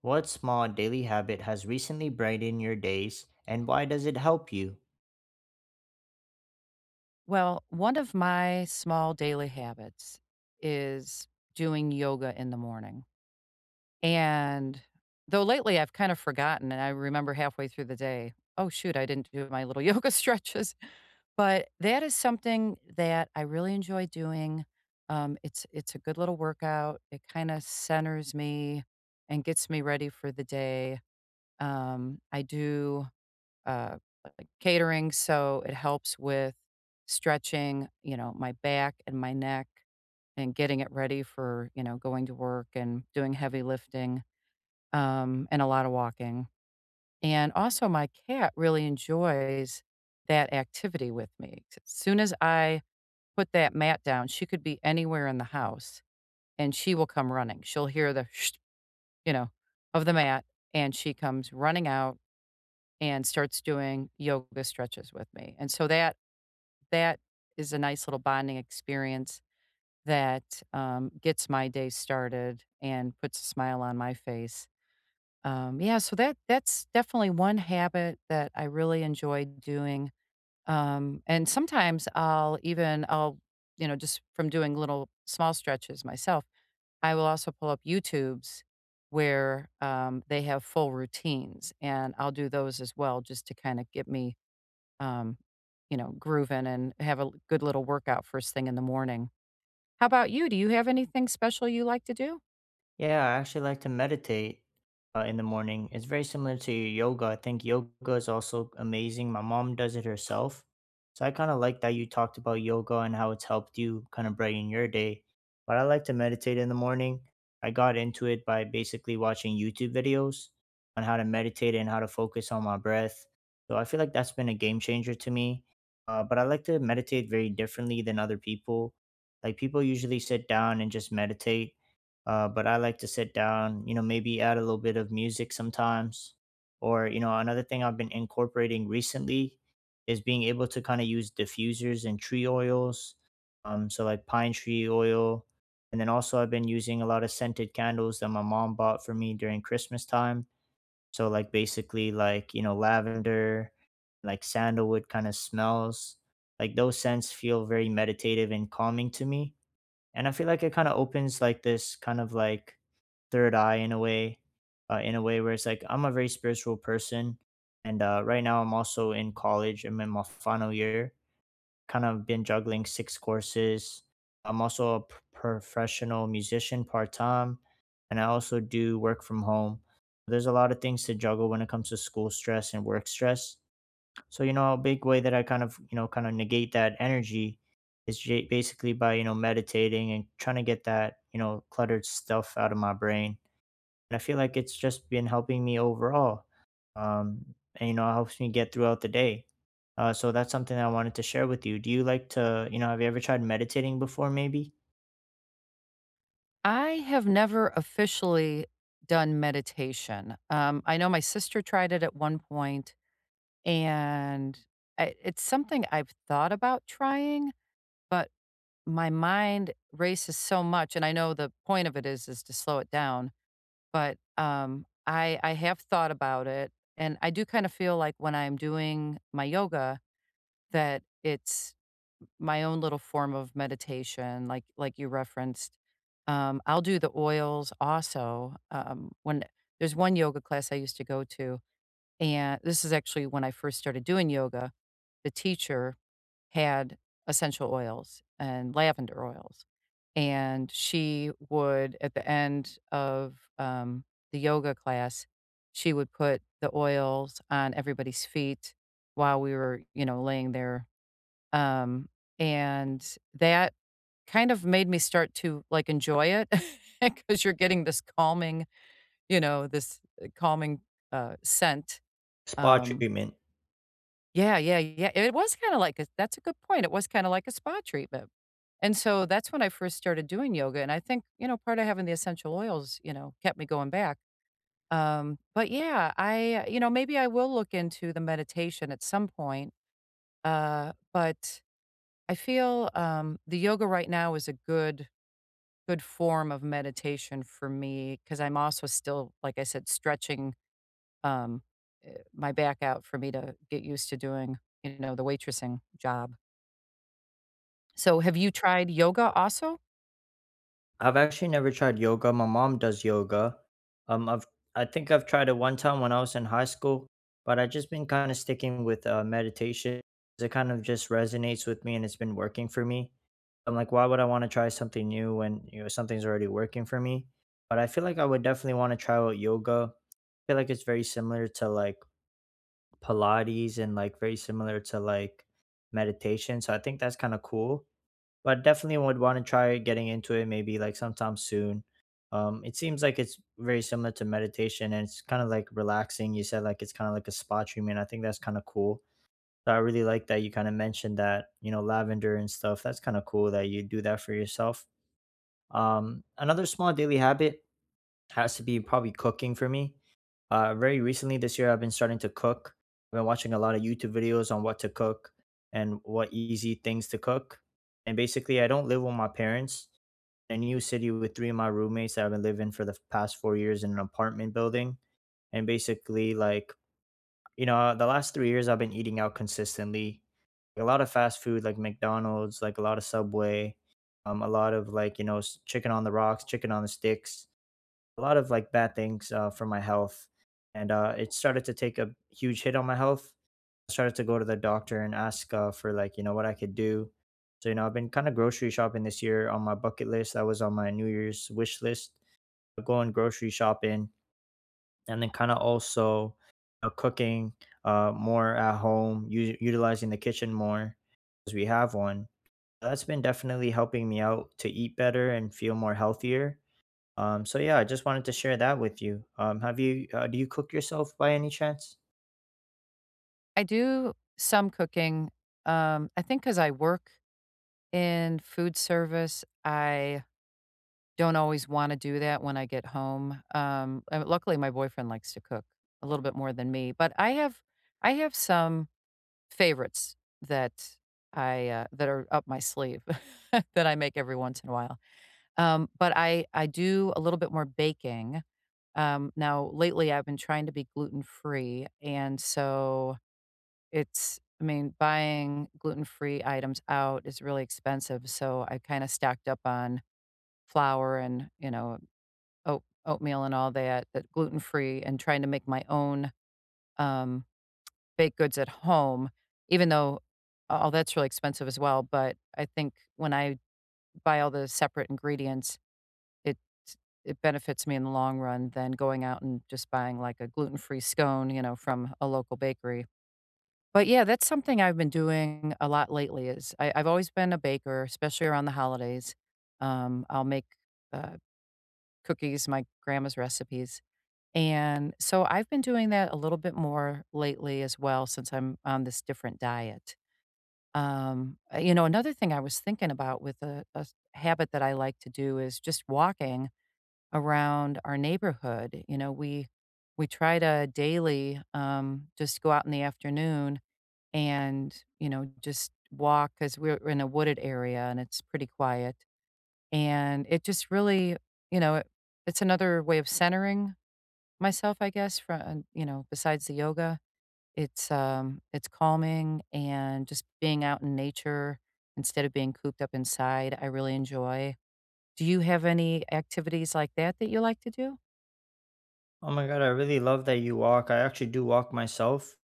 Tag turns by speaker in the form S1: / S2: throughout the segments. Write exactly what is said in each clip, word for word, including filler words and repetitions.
S1: What small daily habit has recently brightened your days and why does it help you?
S2: Well, one of my small daily habits is doing yoga in the morning. And though lately I've kind of forgotten, and I remember halfway through the day, oh, shoot, I didn't do my little yoga stretches. But that is something that I really enjoy doing. Um, it's it's a good little workout. It kind of centers me and gets me ready for the day. Um, I do uh, catering, so it helps with stretching, you know, my back and my neck and getting it ready for, you know, going to work and doing heavy lifting, um, and a lot of walking. And also my cat really enjoys that activity with me. As soon as I put that mat down, she could be anywhere in the house and she will come running. She'll hear the, you know, of the mat and she comes running out and starts doing yoga stretches with me. And so that that is a nice little bonding experience that, um, gets my day started and puts a smile on my face. Um, yeah, so that that's definitely one habit that I really enjoy doing, um, and sometimes I'll even I'll, you know, just from doing little small stretches myself, I will also pull up YouTubes where, um, they have full routines, and I'll do those as well just to kinda get me um, you know, grooving and have a good little workout first thing in the morning. How about you? Do you have anything special you like to do?
S1: Yeah, I actually like to meditate uh, in the morning. It's very similar to yoga. I think yoga is also amazing. My mom does it herself. So I kind of like that you talked about yoga and how it's helped you kind of brighten your day. But I like to meditate in the morning. I got into it by basically watching YouTube videos on how to meditate and how to focus on my breath. So I feel like that's been a game changer to me. Uh, but I like to meditate very differently than other people. Like people usually sit down and just meditate uh, but I like to sit down, you know, maybe add a little bit of music sometimes. Or, you know, another thing I've been incorporating recently is being able to kind of use diffusers and tree oils. Um, so, like pine tree oil. And then also, I've been using a lot of scented candles that my mom bought for me during Christmas time. So, like, basically, like, you know, lavender, like sandalwood kind of smells. Like, those scents feel very meditative and calming to me. And I feel like it kind of opens like this kind of like third eye in a way, uh, in a way where it's like I'm a very spiritual person, and uh, right now I'm also in college. I'm in my final year. Kind of been juggling six courses. I'm also a p- professional musician part time, and I also do work from home. There's a lot of things to juggle when it comes to school stress and work stress. So you know, a big way that I kind of you know kind of negate that energy is j- basically by you know meditating and trying to get that you know cluttered stuff out of my brain. I feel like it's just been helping me overall. Um, and, you know, it helps me get throughout the day. Uh, so that's something that I wanted to share with you. Do you like to, you know, have you ever tried meditating before, maybe?
S2: I have never officially done meditation. Um, I know my sister tried it at one point, and I, it's something I've thought about trying, but my mind races so much, and I know the point of it is is to slow it down. But um, I I have thought about it, and I do kind of feel like when I'm doing my yoga, that it's my own little form of meditation, like like you referenced. Um, I'll do the oils also, um, when there's one yoga class I used to go to, and this is actually when I first started doing yoga. The teacher had essential oils and lavender oils, and she would, at the end of, um, the yoga class, she would put the oils on everybody's feet while we were, you know, laying there um, and that kind of made me start to, like, enjoy it because 'cause you're getting this calming, you know, this uh, calming, uh, scent.
S1: Spa
S2: Um
S1: treatment.
S2: Yeah, yeah, yeah. It was kinda like a that's a good point. It was kinda like a spa treatment. And so that's when I first started doing yoga, and I think, you know, part of having the essential oils, you know, kept me going back. Um, but yeah, I you know, maybe I will look into the meditation at some point, uh, but I feel um, the yoga right now is a good good form of meditation for me because I'm also still, like I said, stretching um, eh, my back out for me to get used to doing, you know, the waitressing job. So, have you tried yoga also?
S1: I've actually never tried yoga. My mom does yoga. Um, I've I think I've tried it one time when I was in high school, but I've just been kind of sticking with uh, meditation. It kind of just resonates with me, and it's been working for me. I'm like, why would I want to try something new when you know something's already working for me? But I feel like I would definitely want to try out yoga. I feel like it's very similar to like Pilates and like very similar to like meditation. So I think that's kind of cool but definitely would want to try getting into it maybe like sometime soon. Um, it seems like it's very similar to meditation and it's kind of like relaxing. You said like it's kind of like a spa treatment. I think that's kind of cool. So I really like that you kind of mentioned that, you know, lavender and stuff. That's kind of cool that you do that for yourself. Um, another small daily habit has to be probably cooking for me. Uh, very recently this year, I've been starting to cook. I've been watching a lot of YouTube videos on what to cook and what easy things to cook. And basically, I don't live with my parents. In a new city with three of my roommates that I've been living for the past four years in an apartment building. And basically, like, you know, the last three years I've been eating out consistently. A lot of fast food, like McDonald's, like a lot of Subway, um, a lot of like, you know, s- chicken on the rocks, chicken on the sticks, a lot of like bad things uh, for my health, and uh, it started to take a huge hit on my health. I started to go to the doctor and ask uh, for like you know what I could do. So you know I've been kind of grocery shopping this year on my bucket list. That was on my New Year's wish list. Going grocery shopping and then kind of also uh, cooking uh, more at home, u- utilizing the kitchen more because we have one. That's been definitely helping me out to eat better and feel more healthier. Um, so yeah, I just wanted to share that with you. Um, have you uh, Do you cook yourself by any chance?
S2: I do some cooking. Um, I think because I work in food service, I don't always want to do that when I get home. Um, and luckily, my boyfriend likes to cook a little bit more than me, but I have I have some favorites that I uh, that are up my sleeve that I make every once in a while. Um, but I I do a little bit more baking. Um, now lately I've been trying to be gluten free, and so it's I mean buying gluten free items out is really expensive. So I kind of stacked up on flour and you know oat, oatmeal and all that that gluten free, and trying to make my own Um, baked goods at home, even though all that's really expensive as well. But I think when I buy all the separate ingredients, it it benefits me in the long run than going out and just buying like a gluten free scone, you know, from a local bakery. But yeah, that's something I've been doing a lot lately. Is I, I've always been a baker, especially around the holidays. Um, I'll make uh, cookies, my grandma's recipes, and so I've been doing that a little bit more lately as well since I'm on this different diet. Um, uh, you know, another thing I was thinking about with a, a s- habit that I like to do is just walking around our neighborhood. You know, we we try to daily um, just go out in the afternoon and you know just walk because we're in a wooded area and it's pretty quiet. And it just really, you know, it, it's another way of centering myself, I guess. From you know, besides the yoga it's, um, it's calming and just being out in nature instead of being cooped up inside, I really enjoy. Do you have any activities like that that you like to do?
S1: Oh my god, I really love that you walk. I actually do walk myself.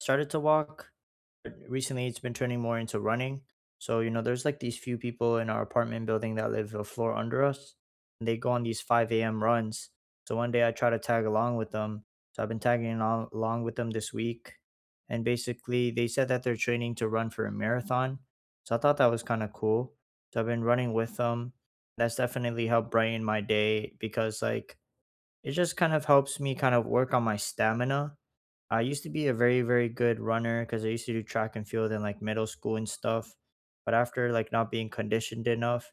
S1: Started to walk recently. It's been turning more into running. So, you know, there's like these few people in our apartment building that live a floor under us. And they go on these five a m runs. So one day I try to tag along with them. So I've been tagging al- along with them this week. And basically, they said that they're training to run for a marathon. So I thought that was kind of cool. So I've been running with them. That's definitely helped brighten my day because, like, it just kind of helps me kind of work on my stamina. I used to be a very, very good runner because I used to do track and field in like middle school and stuff. But after like not being conditioned enough,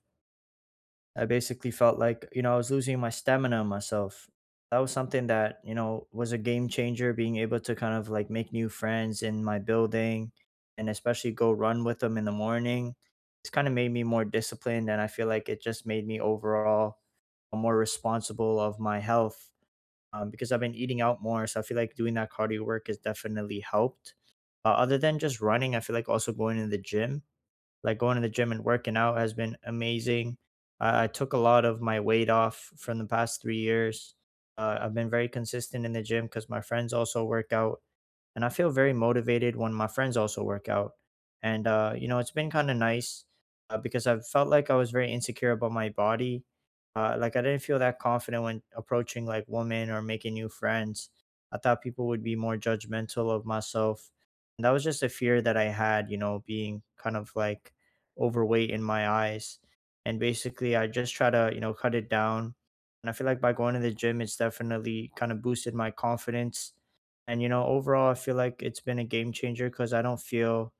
S1: I basically felt like, you know, I was losing my stamina and myself. That was something that, you know, was a game changer being able to kind of like make new friends in my building and especially go run with them in the morning. It's kind of made me more disciplined and I feel like it just made me overall more responsible of my health um, because I've been eating out more. So I feel like doing that cardio work has definitely helped. Uh, other than just running, I feel like also going to the gym, like going to the gym and working out has been amazing. I I took a lot of my weight off from the past three years. Uh, I've been very consistent in the gym because my friends also work out and I feel very motivated when my friends also work out. And uh, you know, it's been kind of nice uh, because I felt like I was very insecure about my body. Uh, like I didn't feel that confident when approaching like women or making new friends. I thought people would be more judgmental of myself. And that was just a fear that I had, you know, being kind of like overweight in my eyes. And basically, I just try to, you know, cut it down. And I feel like by going to the gym, it's definitely kind of boosted my confidence and, you know, overall, I feel like it's been a game changer because I don't feel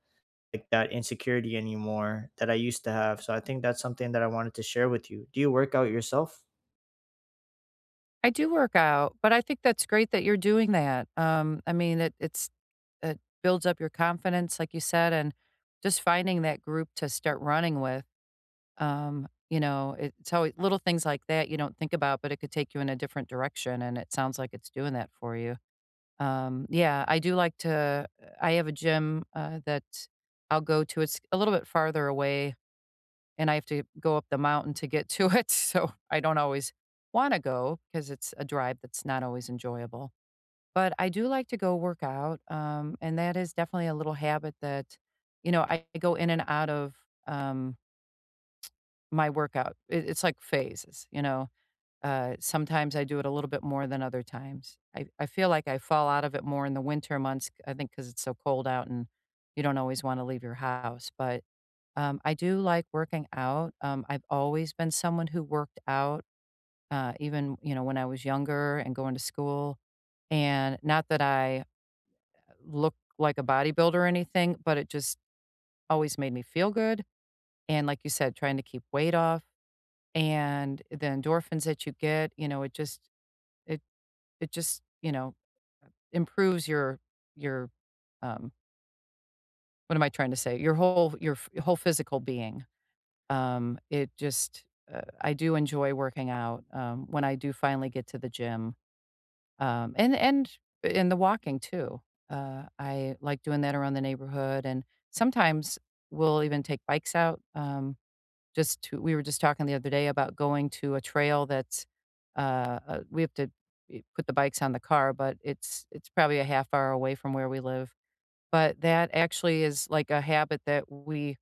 S1: like that insecurity anymore that I used to have. So I think that's something that I wanted to share with you. Do you work out yourself?
S2: I do work out, but I think that's great that you're doing that. Um, I mean, it it's it builds up your confidence, like you said, and just finding that group to start running with. Um, you know, it- it's always little things like that you don't think about, but it could take you in a different direction, and it sounds like it's doing that for you. Um, yeah, I do like to uh, I have a gym, uh, that I'll go to. It's a little bit farther away, and I have to go up the mountain to get to it, so I don't always wanna go go because it's a drive that's not always enjoyable. But I do like to go work out, um, and that is definitely a little habit that, you know, I go in and out of, um, my workout. It it's like phases, you know? Uh, sometimes I do it a little bit more than other times. I, I feel like I fall out of it more in the winter months, I think, because it's so cold out and you don't always want to leave your house. But um, I do like working out. Um, I've always been someone who worked out, uh, even you know when I was younger and going to school. And not that I look like a bodybuilder or anything, but it just always made me feel good. And like you said, trying to keep weight off and the endorphins that you get, you know, it just it It just, you know, improves your your, um what am I trying to say? Your whole your f whole physical being. Um, it just, uh I do enjoy working out, um, when I do finally get to the gym, um, and and in the walking too. Uh, I like doing that around the neighborhood, and sometimes we'll even take bikes out, um Just to we were just talking the other day about going to a trail that's, uh, uh, we have to eh, put the bikes on the car, but it's it's probably a half hour away from where we live. But that actually is like a habit that we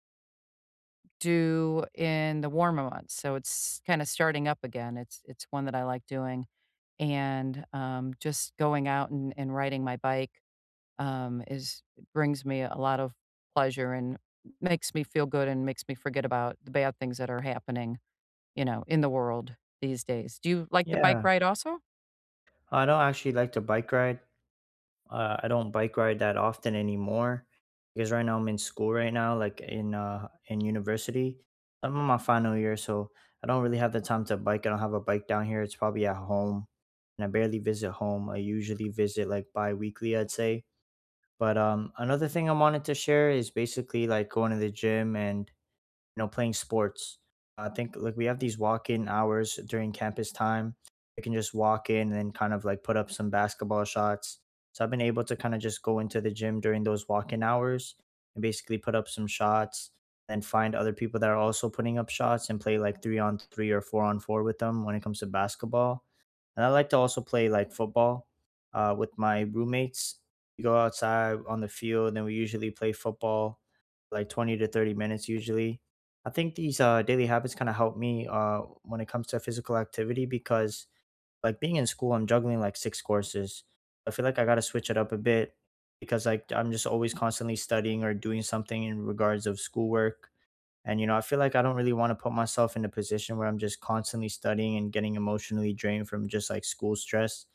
S2: do in the warmer months, so it's kinda starting up again. It's it's one that I like doing, and, um, just going out and and riding my bike, um, is brings me a lot of pleasure and makes me feel good and makes me forget about the bad things that are happening you know, in the world these days. Do you like to bike
S1: Yeah,
S2: ride also?
S1: I don't actually like to bike ride. Uh, I don't bike ride that often anymore because right now I'm in school right now, like in uh in university. I'm in my final year, so I don't really have the time to bike. I don't have a bike down here. It's probably at home, and I barely visit home. I usually visit like bi-weekly, I'd say. But um, another thing I wanted to share is basically like going to the gym and you know playing sports. I think like we have these walk-in hours during campus time. You can just walk in and then kind of like put up some basketball shots. So I've been able to kind of just go into the gym during those walk-in hours and basically put up some shots and find other people that are also putting up shots and play like three on three or four on four with them when it comes to basketball and I like to also play like football uh, with my roommates. We go outside on the field, and we usually play football like twenty to thirty minutes usually. I think these uh, daily habits kind of help me uh, when it comes to physical activity because like being in school, I'm juggling like six courses. So I feel like I got to switch it up a bit because like I'm just always constantly studying or doing something in regards of schoolwork. And, you know, I feel like I don't really want to put myself in a position where I'm just constantly studying and getting emotionally drained from just like school stress.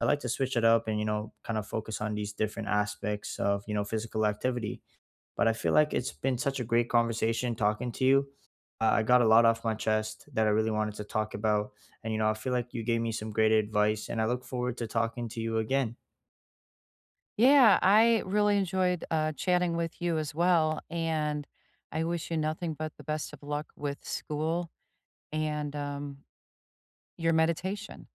S1: I like to switch it up and, you know, kind of focus on these different aspects of, you know, physical activity. But I feel like it's been such a great conversation talking to you. Uh, I got a lot off my chest that I really wanted to talk about. And, you know, I feel like you gave me some great advice and I look forward to talking to you again.
S2: Yeah, I really enjoyed, uh, chatting with you as well, and I wish you nothing but the best of luck with school and, um, your meditation.